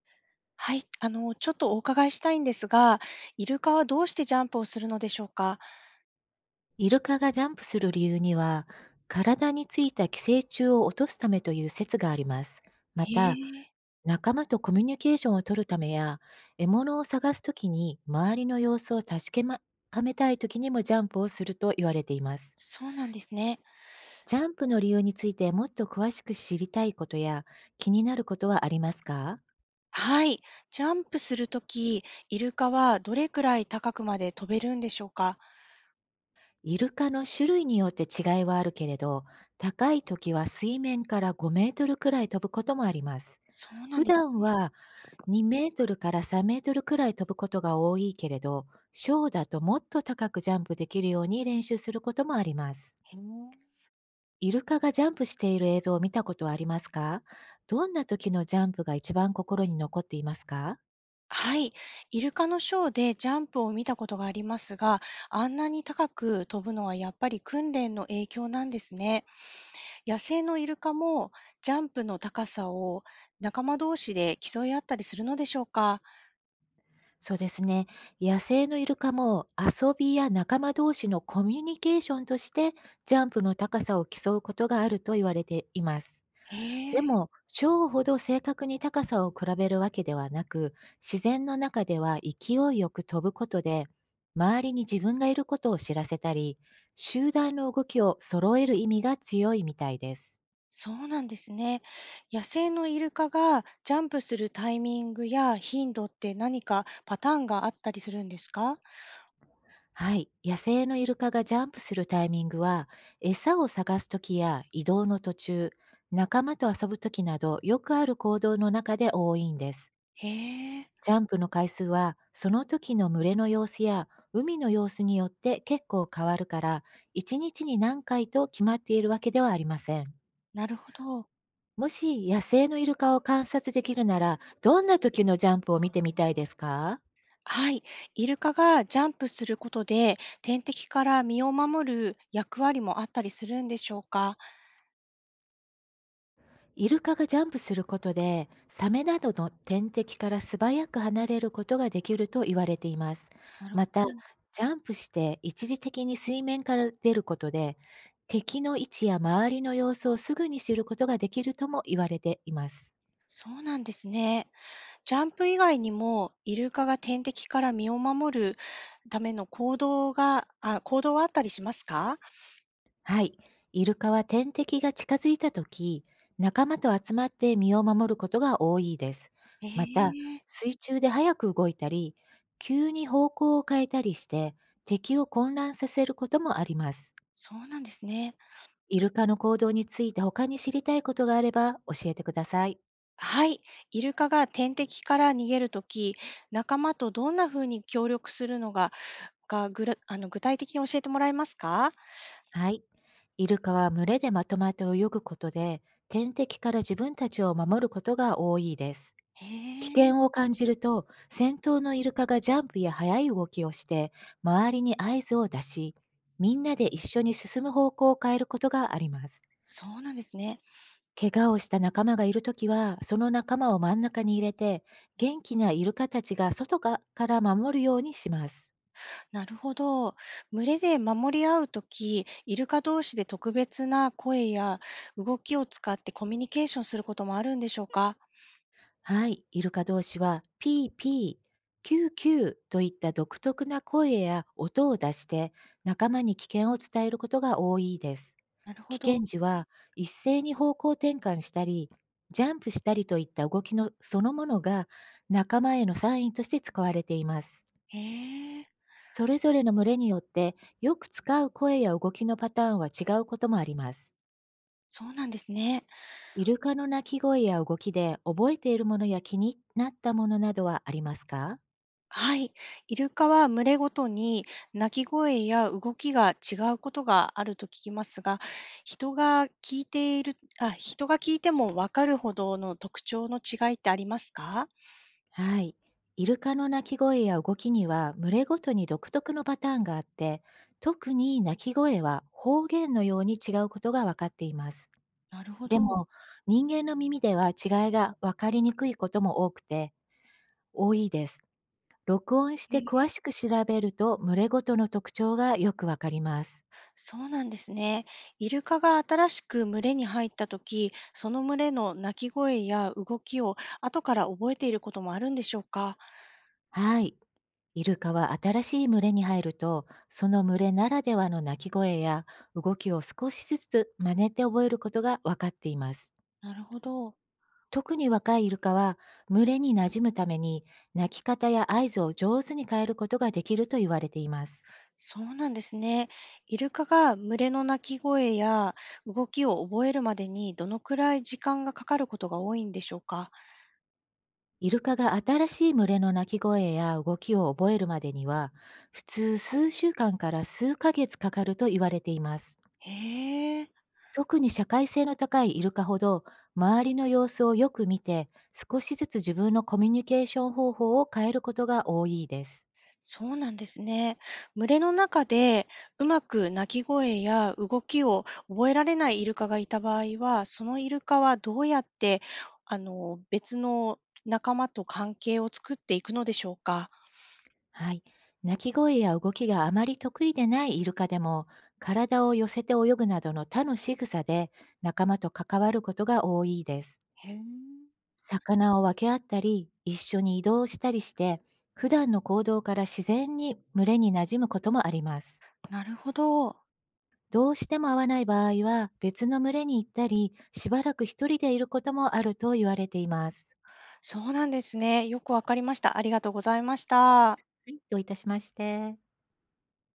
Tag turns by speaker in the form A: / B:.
A: はい、ちょっとお伺いしたいんですが、イルカはどうしてジャンプをするのでしょうか？
B: イルカがジャンプする理由には、体についた寄生虫を落とすためという説があります。ま
A: へ
B: た、
A: え、
B: 仲間とコミュニケーションを取るためや、獲物を探すときに周りの様子を確かまかめたいときにもジャンプをすると言われています。
A: そうなんですね。
B: ジャンプの理由についてもっと詳しく知りたいことや気になることはありますか？
A: はい、ジャンプするとき、イルカはどれくらい高くまで飛べるんでしょうか？
B: イルカの種類によって違いはあるけれど、高い時は水面から5メートルくらい飛ぶこともあります。
A: そうなん
B: 普
A: です
B: 段は2メートルから3メートルくらい飛ぶことが多いけれど、ショーだともっと高くジャンプできるように練習することもあります。
A: ね。
B: イルカがジャンプしている映像を見たことはありますか？どんな時のジャンプが一番心に残っていますか？
A: はい、イルカのショーでジャンプを見たことがありますが、あんなに高く飛ぶのはやっぱり訓練の影響なんですね。野生のイルカもジャンプの高さを仲間同士で競い合ったりするのでしょうか？
B: そうですね。野生のイルカも遊びや仲間同士のコミュニケーションとしてジャンプの高さを競うことがあると言われています。
A: へ
B: で
A: え、
B: も、ショーほど正確に高さを比べるわけではなく、自然の中では勢いよく飛ぶことで、周りに自分がいることを知らせたり、集団の動きを揃える意味が強いみたいです。
A: そうなんですね。野生のイルカがジャンプするタイミングや頻度って何かパターンがあったりするんですか？
B: はい。野生のイルカがジャンプするタイミングは、餌を探す時や移動の途中、仲間と遊ぶ時など、よくある行動の中で多いんです。
A: へえ、
B: ジャンプの回数は、その時の群れの様子や海の様子によって結構変わるから、1日にちに何回と決まっているわけではありません。
A: なるほど。
B: もし野生のイルカを観察できるなら、どんな時のジャンプを見てみたいですか？
A: はい。イルカがジャンプすることで天敵から身を守る役割もあったりするんでしょうか？
B: イルカがジャンプすることで、サメなどの天敵から素早く離れることができると言われています。
A: なるほ
B: また、
A: ど。
B: ジャンプして一時的に水面から出ることで、敵の位置や周りの様子をすぐに知ることができるとも言われています。
A: そうなんですね。ジャンプ以外にもイルカが天敵から身を守るための行動はあったりしますか？
B: はい。イルカは天敵が近づいたとき、仲間と集まって身を守ることが多いです。
A: へ
B: また、
A: え。
B: 水中で早く動いたり、急に方向を変えたりして、敵を混乱させることもあります。
A: そうなんですね。
B: イルカの行動について他に知りたいことがあれば教えてください。
A: はい。イルカが天敵から逃げるとき、仲間とどんな風に協力するのが、がぐらあの具体的に教えてもらえますか？
B: はい。イルカは群れでまとまって泳ぐことで、天敵から自分たちを守ることが多いです。
A: へ
B: 危
A: え、
B: 険を感じると、先頭のイルカがジャンプや速い動きをして、周りに合図を出し、みんなで一緒に進む方向を変えることがあります。
A: そうなんですね。
B: 怪我をした仲間がいるときは、その仲間を真ん中に入れて、元気なイルカたちがから守るようにします。
A: なるほど。群れで守り合うとき、イルカ同士で特別な声や動きを使ってコミュニケーションすることもあるんでしょうか？
B: はい、イルカ同士はピーピー、キューキューといった独特な声や音を出して仲間に危険を伝えることが多いです。
A: なるほ
B: 危
A: ど。
B: 険時は一斉に方向転換したり、ジャンプしたりといった動きのそのものが仲間へのサインとして使われています。
A: へえ、
B: それぞれの群れによってよく使う声や動きのパターンは違うこともあります。
A: そうなんですね。
B: イルカの鳴き声や動きで覚えているものや気になったものなどはありますか？
A: はい。イルカは群れごとに鳴き声や動きが違うことがあると聞きますが、人が聞いてもわかるほどの特徴の違いってありますか？
B: はい。イルカの鳴き声や動きには群れごとに独特のパターンがあって、特に鳴き声は方言のように違うことが分かっています。
A: なるほ
B: で
A: ど。
B: も、人間の耳では違いが分かりにくいことも多くて、多いです。録音し
A: え
B: て詳
A: ー
B: しく調べると群れごとの特徴がよく分かります。
A: そうなんですね。イルカが新しく群れに入ったとき、その群れの鳴き声や動きを後から覚えていることもあるんでしょうか？
B: はい。イルカは新しい群れに入ると、その群れならではの鳴き声や動きを少しずつ真似て覚えることが分かっています。
A: なるほど。
B: 特に若いイルカは群れに馴染むために鳴き方や合図を上手に変えることができると言われています。
A: そうなんですね。イルカが群れの鳴き声や動きを覚えるまでにどのくらい時間がかかることが多いんでしょうか？
B: イルカが新しい群れの鳴き声や動きを覚えるまでには普通数週間から数ヶ月かかると言われています。
A: へえ、
B: 特に社会性の高いイルカほど周りの様子をよく見て少しずつ自分のコミュニケーション方法を変えることが多いです。
A: そうなんですね。群れの中でうまく鳴き声や動きを覚えられないイルカがいた場合は、そのイルカはどうやって別の仲間と関係を作っていくのでしょうか？
B: はい。鳴き声や動きがあまり得意でないイルカでも、体を寄せて泳ぐなどの他の仕草で仲間と関わることが多いです。魚を分け合ったり、一緒に移動したりして、普段の行動から自然に群れに馴染むこともあります。
A: なるほど。
B: どうしても合わない場合は、別の群れに行ったり、しばらく一人でいることもあると言われています。
A: そうなんですね。よくわかりました。ありがとうございました。
B: はい、どういたしまして。